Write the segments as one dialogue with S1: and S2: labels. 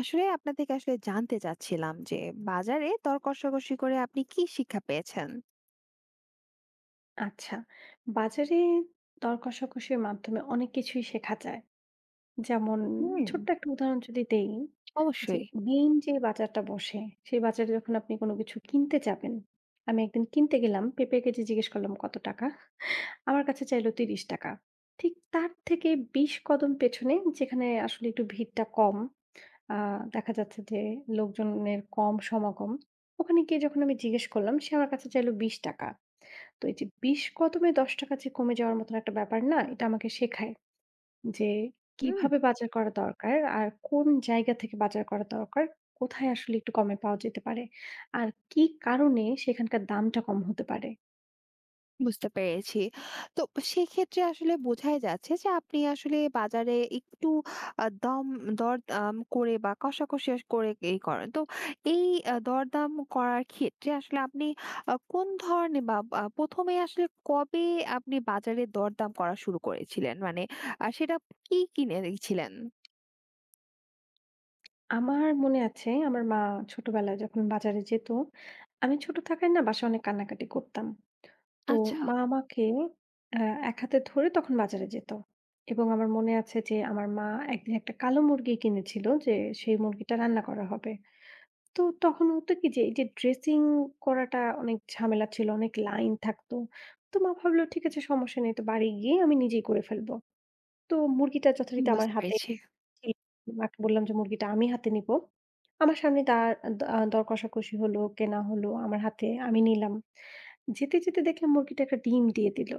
S1: আসলে আপনার থেকে আসলে জানতে চাচ্ছিলাম যে বাজারে দর কষাকষি করে আপনি কি শিক্ষা পেয়েছেন?
S2: আচ্ছা, বাজারে দর-কষাকষির মাধ্যমে অনেক কিছুই শেখা যায়। যেমন
S1: হুম,
S2: ছোট্ট একটা উদাহরণ যদি দেই, যে
S1: অবশ্যই।
S2: মেইন যে বাজারটা বসে, সেই বাজারে যখন আপনি কোনো কিছু কিনতে যাবেন, আমি একদিন কিনতে গেলাম, পেঁপে কেজি জিজ্ঞেস করলাম কত টাকা? আমার কাছে চাইলো ৳৩০। ঠিক তার থেকে ২০ কদম পেছনে যেখানে আসলে একটু ভিড়টা কম, আ দেখা যাচ্ছে যে লোকজনের কম সমাগম, ওখানে গিয়ে যখন আমি জিজ্ঞেস করলাম, সে আমার কাছে চাইলো ৳২০। তো এই যে ২০ কদমে ৳১০ যে কমে যাওয়ার মতন একটা ব্যাপার না, এটা আমাকে শেখায় যে
S1: হুম,
S2: কিভাবে বাজার করা দরকার আর কোন জায়গা থেকে বাজার করা দরকার, কোথায় আসলে একটু কমে পাওয়া যেতে পারে আর কি কারণে সেখানকার দামটা কম হতে পারে।
S1: বুঝতে পেরেছি। তো সেক্ষেত্রে আসলে বোঝাই যাচ্ছে যে আপনি আসলে বাজারে একটু আ দম দরদাম করে বা কষাকষি করে এই করেন। তো এই দরদাম করার ক্ষেত্রে আসলে আপনি কোন ধরনের বা বা ১ম এ আসলে কবে আপনি বাজারে দরদাম করা শুরু করেছিলেন? মানে সেটা কি কিনেছিলেন?
S2: আমার মনে আছে আমার মা ছোটবেলায় যখন বাজারে যেত, আমি ছোট থাকায় না বাসায় অনেক কান্নাকাটি করতাম। তো
S1: আচ্ছা।
S2: মা আমাকে আ এক হাতে ধরে তখন বাজারে যেত এবং আমার মনে আছে যে আমার মা একদিন একটা কালো মুরগি কিনেছিল যে সেই মুরগিটা রান্না করা হবে। তো তখন হতো কি যে এই যে ড্রেসিং করাটা অনেক ঝামেলা ছিল, অনেক লাইন থাকতো। তো মা ভাবলো ঠিক আছে সমস্যা নেই তো বাড়ি গিয়ে আমি নিজেই করে ফেলবো। তো মুরগিটা যথারীতি আমার
S1: বুঝতে
S2: হাতে
S1: পেরেছি।
S2: ছিল। মাকে বললাম যে মুরগিটা আমি হাতে নিবো। আমার সামনে তার দ আ দর কষাকষি হলো, কেনা হলো আমার হাতে, আমি নিলাম। যেতে, যেতে দেখলাম মুরগিটা একটা ডিম দিয়ে দিল।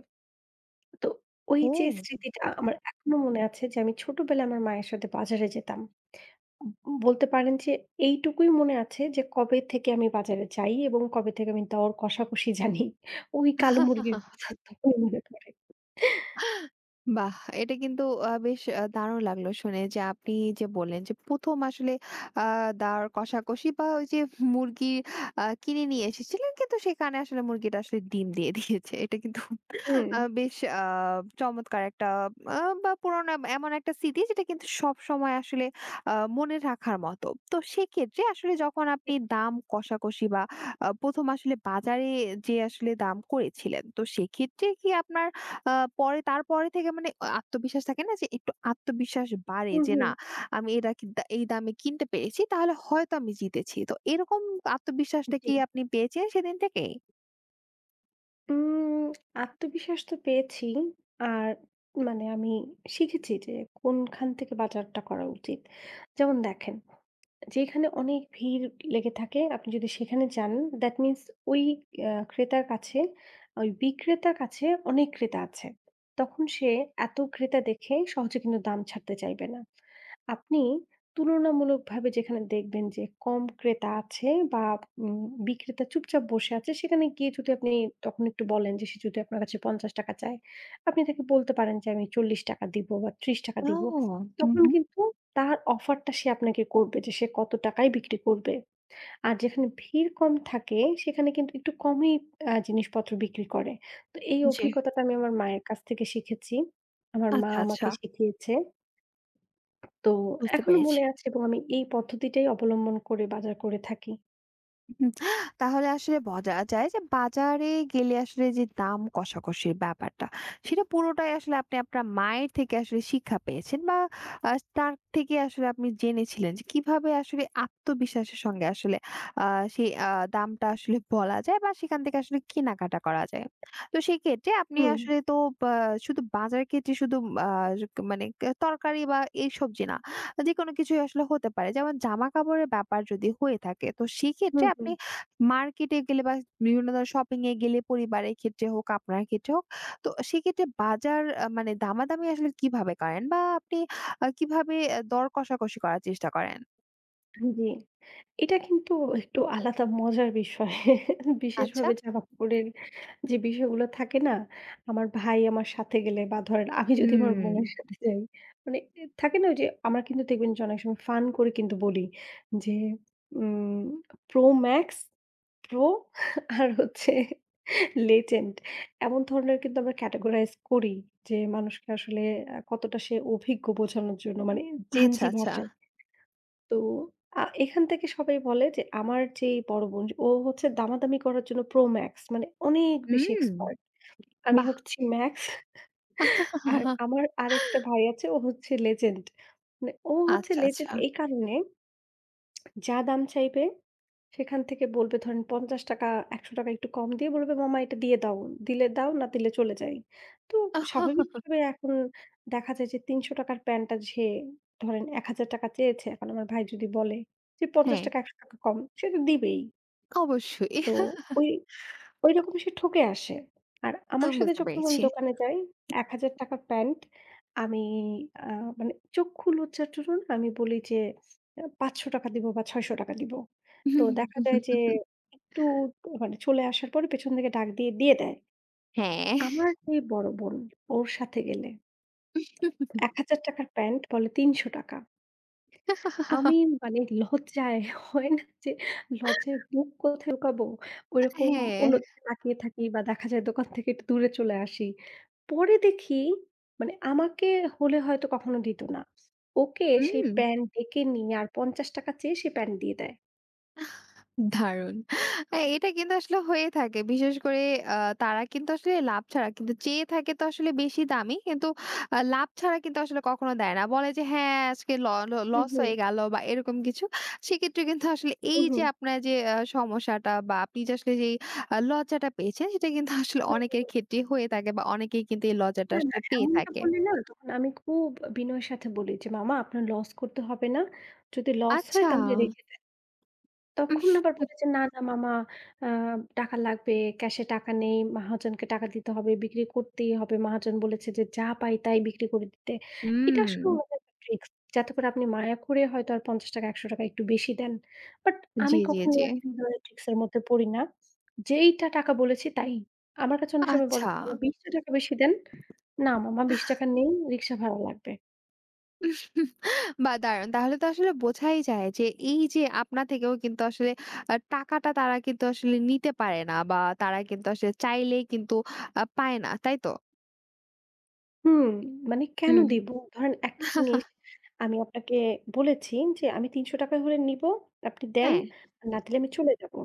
S2: তো ওই যে
S1: ও!
S2: স্মৃতিটা আমার এখনো মনে আছে যে আমি ছোটবেলায় আমার মায়ের সাথে বাজারে যেতাম। বলতে পারেন যে এইটুকুই মনে আছে যে কবে থেকে আমি বাজারে যাই এবং কবে থেকে আমি দর কষাকষি জানি। ওই কালো মুরগির কথা তখনই মনে পড়ে।
S1: বাহ! এটা কিন্তু বেশ দারুণ লাগলো শুনে যে আপনি যে বললেন যে ১ম আসলে আ দাঁড় কষাকষি বা ওই যে মুরগি কিনে নিয়ে এসেছিলেন, কিন্তু সেখানে আসলে মুরগিটা আসলে ডিম দিয়ে দিয়েছে। এটা কিন্তু
S2: হুম।
S1: বেশ চমৎকার একটা আ বা পুরনো এমন একটা স্মৃতি যেটা কিন্তু সবসময় আসলে আ মনে রাখার মতো। তো সেক্ষেত্রে আসলে যখন আপনি দাম কষাকষি বা ১ম আসলে বাজারে যেয়ে আসলে দাম করেছিলেন, তো সেক্ষেত্রে কি আপনার আ পরে তারপরে থেকে মানে আত্মবিশ্বাস থাকে না যে একটু আত্মবিশ্বাস বাড়ে
S2: হুম,
S1: যে, "না,
S2: হুম।
S1: আমি এটা কি এই দামে কিনতে পেরেছি, তাহলে হয়তো আমি জিতেছি।" তো এরকম আত্মবিশ্বাসটা
S2: জি।
S1: কি আপনি পেয়েছেন সেদিন থেকেই?
S2: উম আত্মবিশ্বাস তো পেয়েছি। আর মানে আমি শিখেছি যে কোনখান থেকে বাজারটা করা উচিত। যেমন দেখেন যেখানে অনেক ভিড় লেগে থাকে, আপনি যদি সেখানে যান, that means ওই ক্রেতার কাছে, ওই বিক্রেতার কাছে অনেক ক্রেতা আছে। তখন সে এত ক্রেতা দেখে সহজে কিন্তু দাম ছাড়তে চাইবে না। আপনি তুলনামূলকভাবে যেখানে দেখবেন যে কম ক্রেতা আছে বা উম, বিক্রেতা চুপচাপ বসে আছে সেখানে গিয়ে যদি আপনি তখন একটু বলেন যে সে যদি আপনার কাছে ৳৫০ চায় আপনি তাকে বলতে পারেন যে আমি ৳৪০ দিব বা ৳৩০
S1: ও!
S2: দিব
S1: হু,
S2: তখন
S1: হু।
S2: কিন্তু তার অফারটা সে আপনাকে করবে যে সে কত টাকায় বিক্রি করবে আর যেখানে ভিড় কম থাকে সেখানে কিন্তু একটু কমই জিনিসপত্র বিক্রি করে। তো এই
S1: জি।
S2: অভিজ্ঞতাটা আমি আমার মায়ের কাছ থেকে শিখেছি। আমার মা
S1: আচ্ছা, আচ্ছা।
S2: আমাকে শিখিয়েছে। তো
S1: বুঝতে
S2: এখনো
S1: পেরেছি।
S2: মনে আছে এবং আমি এই পদ্ধতিটাই অবলম্বন করে বাজার করে থাকি।
S1: হুম, তাহলে আসলে বলা যায় যে বাজারে গেলে আসলে যে দাম কষাকষির ব্যাপারটা সেটা পুরোটাই আসলে আপনি আপনার মায়ের থেকে আসলে শিক্ষা পেয়েছেন বা তার থেকে আসলে আপনি জেনেছিলেন যে কিভাবে আসলে আত্মবিশ্বাসের সঙ্গে আসলে সেই দামটা আসলে বলা যায় বা সেখান থেকে আসলে কেনাকাটা করা যায়। তো সেই ক্ষেত্রে আপনি
S2: হুম,
S1: আসলে তো শুধু বাজার ক্ষেত্রে শুধু আহ, মানে তরকারি বা এইসব যে না, যেকোনো কিছুই আসলে হতে পারে। যেমন জামাকাপড়ের ব্যাপার যদি হয়ে থাকে, তো সেক্ষেত্রে
S2: হুম, হুম।
S1: আপনি মার্কেটে গেলে বা বিভিন্ন ধরনের শপিং এ গেলে, পরিবারের ক্ষেত্রে হোক, আপনার ক্ষেত্রে হোক, তো সেক্ষেত্রে বাজার মানে দামাদামি আসলে কিভাবে করেন? বা আপনি কিভাবে দর কষাকষি করার চেষ্টা করেন?
S2: জি, এটা কিন্তু একটু আলাদা মজার বিষয়।
S1: আচ্ছা।
S2: বিশেষভাবে জামাকাপড়ের যে বিষয়গুলো থাকে না, আমার ভাই আমার সাথে গেলে বা ধরেন আমি যদি আমার
S1: হুম।
S2: বোনের সাথে যাই, মানে এ থাকে না ওই যে আমরা কিন্তু দেখবেন যে অনেক সময় ফান করে কিন্তু বলি যে উম Pro Max প্রো আর হচ্ছে লেজেন্ড এমন ধরনের কিন্তু আমরা ক্যাটেগরাইজ করি যে মানুষকে আসলে কতটা সে অভিজ্ঞ বোঝানোর জন্য মানে
S1: আচ্ছা,
S2: জেনজি
S1: আচ্ছা।
S2: ভাষায়। তো এখান থেকে সবাই বলে যে আমার যে বড় বোন ও হচ্ছে দামাদামি করার জন্য প্রো ম্যাক্স মানে অনেক বেশি
S1: হুম,
S2: এক্সপার্ট। আমি
S1: বাহ!
S2: হচ্ছি ম্যাক্স আর আমার আরেকটা ভাই আছে ও হচ্ছে লেজেন্ড। মানে ও হচ্ছে
S1: আচ্ছা, আচ্ছা।
S2: লেজেন্ড এই কারণে যা দাম চাইবে সেখান থেকে বলবে ধরেন ৳৫০, ৳১০০ একটু কম দিয়ে বলবে, "মামা এটা দিয়ে দাও। দিলে দাও, না দিলে চলে যাই।" তো স্বাভাবিকভাবে এখন দেখা যায় যে ৳৩০০ র প্যান্টটা সে ধরেন ৳১,০০০ চেয়েছে। এখন আমার ভাই যদি বলে যে
S1: হ্যাঁ,
S2: ৳৫০, ৳১০০ কম, সে তো দিবেই।
S1: অবশ্যই।
S2: তো ওই ঐরকম সে ঠকে আসে। আর আমার
S1: আমি
S2: সাথে
S1: বুঝতে
S2: যখন কোন
S1: পেরেছি।
S2: দোকানে যাই, ৳১,০০০ প্যান্ট আমি আ মানে চক্ষু লজ্জার জন্য না আমি বলি যে ৳৫০০ দিব বা ৳৬০০ দিব। তো দেখা যায় যে একটু মানে চলে আসার পরে পেছন থেকে ডাক দিয়ে, দিয়ে দেয়।
S1: হ্যাঁ।
S2: আমার যে বড় বোন ওর সাথে গেলে ৳১,০০০ র প্যান্ট বলে ৳৩০০। আমি মানে লজ্জায় হয় না যে লজ্জায় মুখ কোথায় লুকাবো? ওইরকম
S1: হ্যাঁ।
S2: অন্যদিকে তাকিয়ে থাকি বা দেখা যায় দোকান থেকে একটু দূরে চলে আসি। পরে দেখি মানে আমাকে হলে হয়তো কখনো দিত না। ওকে সেই
S1: হুম,
S2: প্যান্ট ডেকে নিয়ে আর ৳৫০ চেয়ে সে প্যান্ট দিয়ে দেয়।
S1: দারুণ। হ্যাঁ, এটা কিন্তু আসলে হয়ে থাকে। বিশেষ করে আ তারা কিন্তু আসলে লাভ ছাড়া কিন্তু চেয়ে থাকে, তো আসলে বেশি দামি। কিন্তু লাভ ছাড়া কিন্তু আসলে কখনো দেয় না। বলে যে, "হ্যাঁ, আজকে ল ল
S2: হু,
S1: লস
S2: হু,
S1: হয়ে গেল" বা এরকম কিছু। সেক্ষেত্রে কিন্তু আসলে
S2: হু,
S1: এই
S2: হু।
S1: যে আপনার যে সমস্যাটা বা আপনি যে আসলে যেই লজ্জাটা পেয়েছেন, সেটা কিন্তু আসলে
S2: হুম।
S1: অনেকের ক্ষেত্রেই হয়ে থাকে বা অনেকেই কিন্তু এই লজ্জাটা
S2: না, না,
S1: আসলে পেয়ে
S2: এমনটা
S1: থাকে।
S2: বললে না তখন আমি খুব বিনয়ের সাথে বলি যে, "মামা আপনার লস করতে হবে না। যদি লস হয়
S1: আচ্ছা।
S2: তাহলে রেখে।"
S1: উম,
S2: তখন আবার বলে যে, "না, না মামা আ টাকা লাগবে, ক্যাশে টাকা নেই। মহাজনকে টাকা দিতে হবে, বিক্রি করতেই হবে। মহাজন বলেছে যে যা পাই তাই বিক্রি করে দিতে।" এটা
S1: হুম।
S2: আসলে ওনাদের একটা ট্রিক্স। যাতে করে আপনি মায়া করে হয়তো আর ৳৫০ ৳১০০ একটু বেশি দেন। বাট
S1: জি,
S2: আমি
S1: জি,
S2: কখনোই
S1: জি।
S2: আসলে এই ধরনের ট্রিক্স এর মধ্যে পড়ি না। যেইটা টাকা বলেছি তাই। আমার কাছে অনেক সময় বলে
S1: আচ্ছা।
S2: যে, "মামা ৳২০ বেশি দেন।" "না মামা ৳২০ নেই, রিক্সা ভাড়া লাগবে।"
S1: বাহ! দারুণ। তাহলে তো আসলে বোঝাই যায় যে এই যে আপনা থেকেও কিন্তু আসলে টাকাটা তারা কিন্তু আসলে নিতে পারে না বা তারা কিন্তু আসলে চাইলেই কিন্তু পায় না। তাই তো?
S2: হুম, মানে কেন
S1: হুম।
S2: দিব? ধরেন একটা জিনিস আমি আপনাকে বলেছি যে, "আমি ৳৩০০ হলে নিবো, আপনি দেন।
S1: হ্যাঁ,
S2: আর না দিলে আমি চলে যাবো।"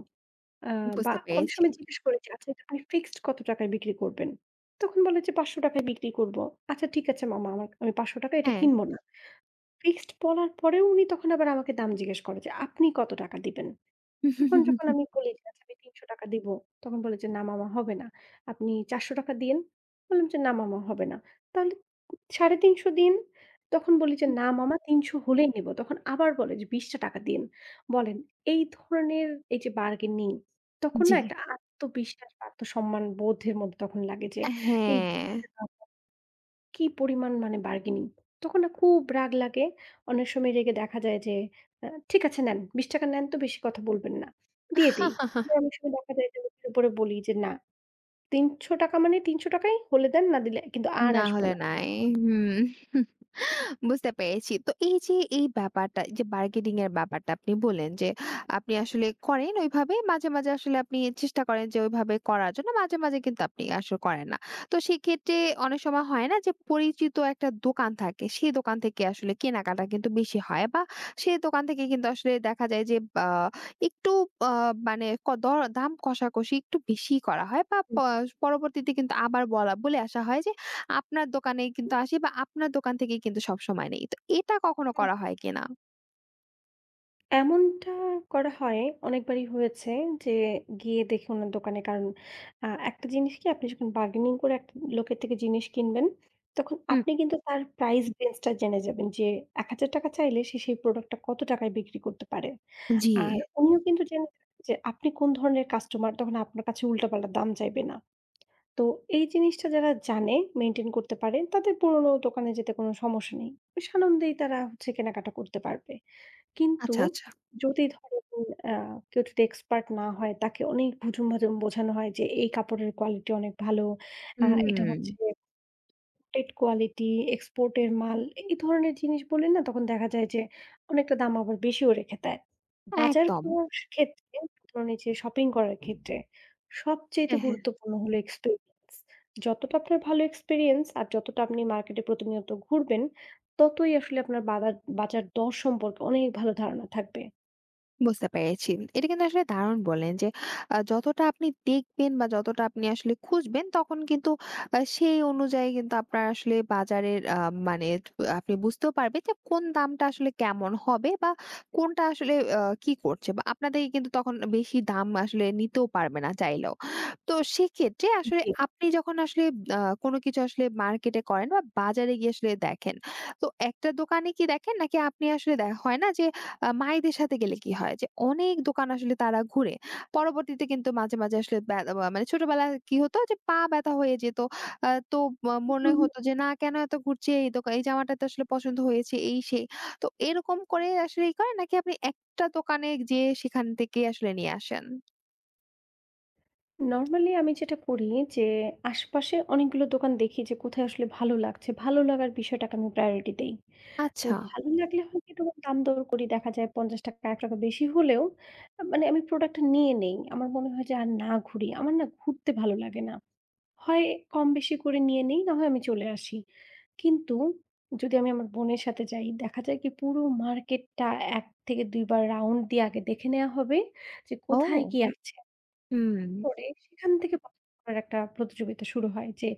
S2: আ বা
S1: বুঝতে
S2: অনেক
S1: পেরেছি।
S2: সময় জিজ্ঞেস করি যে, "আচ্ছা এটা আপনি ফিক্সড কত টাকায় বিক্রি করবেন?" তখন বলে যে, "৳৫০০ য় বিক্রি করবো।" "আচ্ছা ঠিক আছে মামা, আমার আমি ৳৫০০ এটা
S1: হ্যাঁ।
S2: কিনবো না।" ফিক্সড বলার পরেও উনি তখন আবার আমাকে দাম জিজ্ঞেস করে যে, "আপনি কত টাকা দিবেন?" তখন যখন আমি বলি যে, "আচ্ছা আমি ৳৩০০ দিব।" তখন বলে যে, "না মামা হবে না। আপনি ৳400 দিয়েন।" বললাম যে, "না মামা হবে না।" তাহলে ৳৩৫০ দিন। তখন বলি যে, "না মামা ৩০০ হলেই নিব।" তখন আবার বলে যে, ৳২০টা দিয়েন। বলেন এই ধরনের এই যে বার্গেনিং তখন না
S1: জি।
S2: একটা আত্মবিশ্বাস বা আত্মসম্মান বোধের মধ্যে তখন লাগে যে এই
S1: হ্যাঁ।
S2: ৳২০ কি পরিমাণ মানে বার্গেনিং! তখন না খুব রাগ লাগে। অনেক সময় রেগে দেখা যায় যে, "ঠিক আছে নেন, ৳20 নেন তো বেশি কথা বলবেন না।" দিয়ে দেই। আবার অনেক সময় দেখা যায় যে মুখের উপরে বলি যে, "না, ৳300 মানে ৳300 ই হলে দেন, না দিলে কিন্তু আর
S1: না
S2: আসবো
S1: হলে
S2: না।"
S1: নাই। হুম। বুঝতে পেরেছি। তো এই যে এই ব্যাপারটা, এই যে বার্গেনিং এর ব্যাপারটা আপনি বললেন যে, আপনি আসলে করেন ওইভাবে। মাঝে, মাঝে আসলে আপনি চেষ্টা করেন যে ওইভাবে করার জন্য। মাঝে, মাঝে কিন্তু আপনি আসলে করেন না। তো সেক্ষেত্রে অনেক সময় হয় না যে পরিচিত একটা দোকান থাকে, সেই দোকান থেকে আসলে কেনাকাটা কিন্তু বেশি হয় বা সেই দোকান থেকে কিন্তু আসলে দেখা যায় যে আ একটু আ মানে দর দাম কষাকষি একটু বেশিই করা হয় বা
S2: হুম,
S1: পরবর্তীতে কিন্তু আবার বলে আসা হয় যে আপনার দোকানেই কিন্তু
S2: হুম।
S1: আসি বা আপনার দোকান থেকেই কিন্তু সবসময় নেই। তো এটা কখনো করা হয় কিনা?
S2: এমনটা করা হয়, অনেকবারই হয়েছে যে গিয়ে দেখি ওনার দোকানে কারণ একটা জিনিস কি আপনি যখন বার্গেনিং করে একটা লোকের থেকে জিনিস কিনবেন, তখন
S1: হুম,
S2: আপনি কিন্তু তার প্রাইস রেঞ্জ টা জেনে যাবেন যে ৳১,০০০ চাইলে সে সেই প্রোডাক্ট টা কত টাকায় বিক্রি করতে পারে।
S1: জি।
S2: আর উনিও কিন্তু জেনে যাবেন যে আপনি কোন ধরনের কাস্টমার তখন আপনার কাছে উল্টাপাল্টা দাম চাইবে না। তো এই জিনিসটা যারা জানে, মেইনটেইন করতে পারে, তাদের পুরনো দোকানে যেতে কোনো সমস্যা নেই। বেশ আনন্দেই তারা হচ্ছে কেনাকাটা করতে পারবে। কিন্তু
S1: আচ্ছা, আচ্ছা।
S2: যদি ধরেন আ কেউ যদি এক্সপার্ট না হয়, তাকে অনেক ভুজুম-ভাজুম বোঝানো হয় যে, "এই কাপড়ের কোয়ালিটি অনেক ভালো। এটা হচ্ছে
S1: হুম,
S2: ট্রেড কোয়ালিটি, এক্সপোর্টের মাল" এই ধরনের জিনিস বলে না তখন দেখা যায় যে অনেকটা দাম আবার বেশিও রেখে দেয়। বাজার
S1: একদম।
S2: করার ক্ষেত্রে ধরুন এই যে শপিং করার ক্ষেত্রে সবচাইতে
S1: হ্যাঁ, হ্যাঁ।
S2: গুরুত্বপূর্ণ হলো এক্সপেরিয়েন্স। যতটা আপনার ভালো এক্সপেরিয়েন্স আর যতটা আপনি মার্কেটে প্রতিনিয়ত ঘুরবেন, ততই আসলে আপনার বাদার বাজার দর সম্পর্কে অনেক ভালো ধারণা থাকবে।
S1: বুঝতে পেরেছি। এটা কিন্তু আসলে দারুণ বললেন যে যতটা আপনি দেখবেন বা যতটা আপনি আসলে খুঁজবেন, তখন কিন্তু সেই অনুযায়ী কিন্তু আপনার আসলে বাজারের মানে আপনি বুঝতেও পারবেন যে কোন দামটা আসলে কেমন হবে বা কোনটা আসলে কি করছে বা আপনাদেরকে কিন্তু তখন বেশি দাম আসলে নিতেও পারবে না চাইলেও। তো সেক্ষেত্রে আসলে
S2: জি।
S1: আপনি যখন আসলে কোনো কিছু আসলে মার্কেটে করেন বা বাজারে গিয়ে আসলে দেখেন। তো একটা দোকানে কি দেখেন নাকি আপনি আসলে হয় না যে মাইদের সাথে গেলে কি হয় যে অনেক দোকান আসলে তারা ঘুরে। পরবর্তীতে কিন্তু মাঝে, মাঝে আসলে ব্যা আ মানে ছোটবেলায় কি হতো যে পা ব্যথা হয়ে যেত। তো মনে হতো যে না কেন এত ঘুরছে, এই এই জামাটা তো আসলে পছন্দ হয়েছে এই সেই। তো এরকম করে আসলে করেন নাকি আপনি একটা দোকানে যেয়ে সেখান থেকে আসলে নিয়ে আসেন?
S2: নরমালি আমি যেটা করি যে আশপাশে অনেকগুলো দোকান দেখি যে কোথায় আসলে ভালো লাগছে। ভালো লাগার বিষয়টাকে আমি প্রায়োরিটি দেই। তো
S1: আচ্ছা।
S2: ভালো লাগলে হয় কি তখন দাম দর করি। দেখা যায় ৳৫০ ৳১ বেশি হলেও মানে আমি প্রোডাক্টটা নিয়ে নেই। আমার মনে হয় যে আর না ঘুরি। আমার না ঘুরতে ভালো লাগে না। হয় কম বেশি করে নিয়ে নেই না হয় আমি চলে আসি। কিন্তু যদি আমি আমার বোনের সাথে যাই দেখা যায় কি পুরো মার্কেটটা ১ থেকে ২ বার রাউন্ড দিয়ে আগে দেখে নেয়া হবে যে
S1: ও!
S2: কোথায় কি আছে।
S1: হুম।
S2: করে সেখান থেকে পছন্দ করার একটা প্রতিযোগিতা শুরু হয় যে,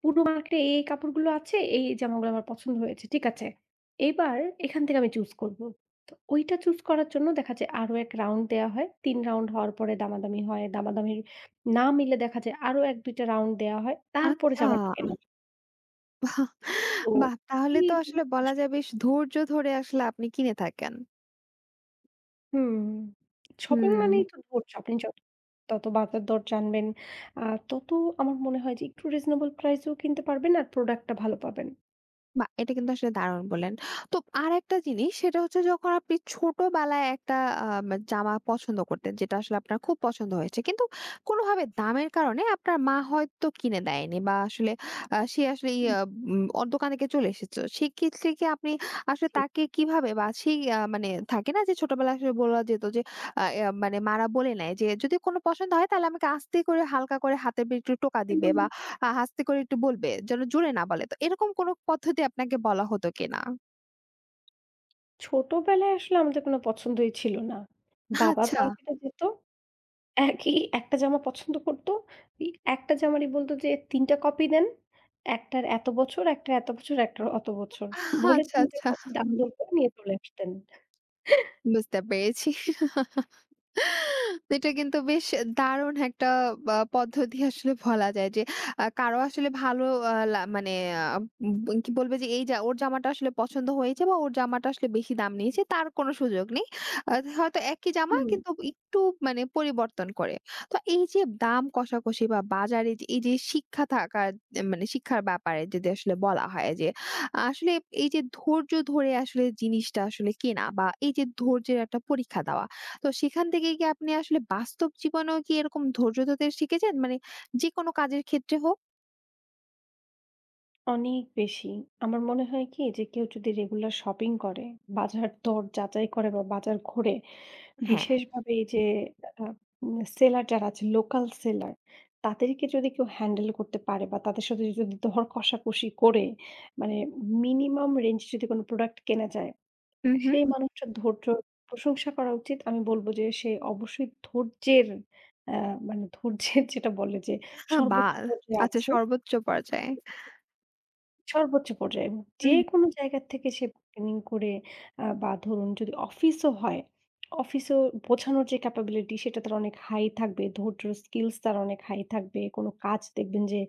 S2: পূর্ণ মার্কেটে এই, এই কাপড়গুলো আছে, এই, এই জামাগুলো আমার পছন্দ হয়েছে। ঠিক আছে। এবার এখান থেকে আমি চুজ করব। তো ওইটা চুজ করার জন্য দেখা যায় আরো ১ রাউন্ড দেয়া হয়। ৩ রাউন্ড হওয়ার পরে দামাদামি হয়। দামাদামির না মিললে দেখা যায় আরো ১-২ টা রাউন্ড দেয়া হয়। তারপরে
S1: আচ্ছা।
S2: জামাটা কেনা হয়। তো
S1: বাহ! তাহলে
S2: এই।
S1: তো আসলে বলা যায় বেশ ধৈর্য ধরে আসলে আপনি কিনে থাকেন।
S2: হুম। শপিং
S1: হুম।
S2: মানেই তো ধৈর্য। আপনি যত তত বাজার দর জানবেন, আ তত আমার মনে হয় যে একটু রিজনেবল প্রাইস এও কিনতে পারবেন আর প্রোডাক্টটা ভালো পাবেন।
S1: বাহ! এটা কিন্তু আসলে দারুণ বললেন। তো আরেকটা জিনিস সেটা হচ্ছে, যখন আপনি ছোটবেলায় একটা জামা পছন্দ করতেন যেটা আসলে আপনার খুব পছন্দ হয়েছে, কিন্তু কোনোভাবে দামের কারণে আপনার মা হয়তো কিনে দেয়নি বা আসলে সে আসলে
S2: হুম,
S1: ইয়া উম অ দোকান থেকে চলে এসেছে। সেক্ষেত্রে কি আপনি আসলে
S2: জি।
S1: তাকে কিভাবে বা সেই মানে থাকে না যে ছোটবেলায় আসলে বলা যেত যে মানে মারা বলে নেয় যে, "যদি কোনো পছন্দ হয় তাহলে আমাকে আস্তে করে হালকা করে হাতে একটু টোকা দিবে
S2: যেমন
S1: বা আস্তে করে একটু বলবে, যেন জোরে না বলে।" তো এরকম কোনো পদ্ধতি আপনাকে বলা হতো কিনা?
S2: ছোটবেলায় আসলে আমাদের কোনো পছন্দই ছিল না। বাবা
S1: আচ্ছা,
S2: মার্কেটে যেত। একই একটা জামা পছন্দ করত। এই একটা জামারই বলত যে ৩ টা কপি দেন। একটার এত বছর, একটার এত বছর, একটার অত বছর। বলে
S1: আচ্ছা,
S2: ৩ টা
S1: আচ্ছা।
S2: কপি দাম দর করে নিয়ে চলে আসতেন।
S1: বুঝতে পেরেছি। এটা কিন্তু বেশ দারুণ একটা বা পদ্ধতি আসলে বলা যায় যে কারো আসলে ভালো মানে আ কি বলবে যে এই যা ওর জামাটা আসলে পছন্দ হয়েছে বা ওর জামাটা আসলে বেশি দাম
S2: জি।
S1: নিয়েছে, তার কোনো সুযোগ নেই। আ হয়তো একই জামা
S2: হুম।
S1: কিন্তু একটু মানে পরিবর্তন করে। তো এই যে দাম কষাকষি বা বাজারে যে এই যে শিক্ষা থাকার মানে শিক্ষার ব্যাপারে যদি আসলে বলা হয় যে আসলে এই যে ধৈর্য ধরে আসলে জিনিসটা আসলে কেনা বা এই যে ধৈর্যের একটা পরীক্ষা দেওয়া, তো সেখান থেকে কি আপনি আসলে বাস্তব জীবনেও কি এরকম ধৈর্য ধরতে শিখেছেন? মানে যেকোনো কাজের ক্ষেত্রে হোক?
S2: অনেক বেশি। আমার মনে হয় কি যে কেউ যদি রেগুলার শপিং করে, বাজার দর যাচাই করে বা বাজার ঘোরে,
S1: হ্যাঁ।
S2: বিশেষভাবে এই যে আ উম সেলার যারা আছে লোকাল সেলার, তাদেরকে যদি কেউ হ্যান্ডেল করতে পারে বা তাদের সাথে যদি দর কষাকষি করে মানে মিনিমাম রেঞ্জ যদি কোনো প্রোডাক্ট কেনা যায়,
S1: হু, হু।
S2: সেই মানুষটার ধৈর্য প্রশংসা করা উচিত। আমি বলব যে সে অবশ্যই ধৈর্যের আ মানে ধৈর্যের যেটা বলে যে
S1: বা
S2: সর্বোচ্চ পর্যায়ে
S1: আচ্ছা,
S2: আছে।
S1: সর্বোচ্চ পর্যায়ে।
S2: সর্বোচ্চ পর্যায়ে।
S1: হুম।
S2: যেকোনো জায়গা থেকে সে bargaining করে বা ধরুন যদি অফিসও হয়, অফিসেও বোঝানোর যে ক্যাপাবিলিটি সেটা তার অনেক হাই থাকবে। ধৈর্যর স্কিলস তার অনেক হাই থাকবে। কোন কাজ দেখবেন যে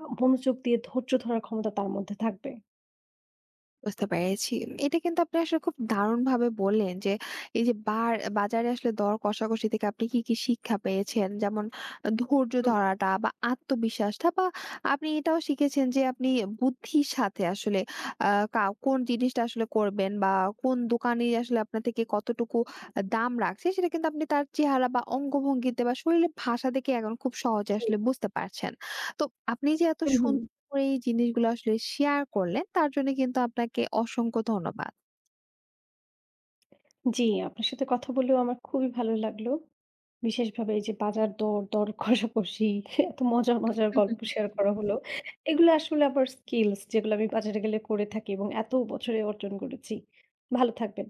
S2: মনোযোগ দিয়ে ধৈর্য ধরার ক্ষমতা তার মধ্যে থাকবে।
S1: বুঝতে পেরেছি। এটা কিন্তু আপনি আসলে খুব দারুণভাবে বললেন যে, এই যে বাজারে আসলে দর কষাকষি থেকে আপনি কি, কি শিক্ষা পেয়েছেন? যেমন ধৈর্য
S2: হুম।
S1: ধরাটা বা আত্মবিশ্বাসটা বা আপনি এটাও শিখেছেন যে আপনি বুদ্ধির সাথে আসলে আ কোন জিনিসটা আসলে করবেন বা কোন দোকানি আসলে আপনার থেকে কতটুকু দাম রাখছে সেটা কিন্তু আপনি তার চেহারা বা অঙ্গভঙ্গিতে বা শরীরের ভাষা দেখে এখন খুব সহজে
S2: জি।
S1: আসলে বুঝতে পারছেন। তো আপনি যে এত
S2: হুম, হুম।
S1: সুন্দর করে এই জিনিসগুলো আসলে শেয়ার করলেন, তার জন্য কিন্তু আপনাকে অসংখ্য ধন্যবাদ।
S2: জি, আপনার সাথে কথা বলেও আমার খুবই ভালো লাগলো। বিশেষভাবে এই যে বাজার দর, দর কষাকষি, এত মজার, মজার গল্প শেয়ার করা হলো। এগুলো আসলে আমার স্কিলস যেগুলো আমি বাজারে গেলে করে থাকি এবং এত বছরে অর্জন করেছি। ভালো থাকবেন।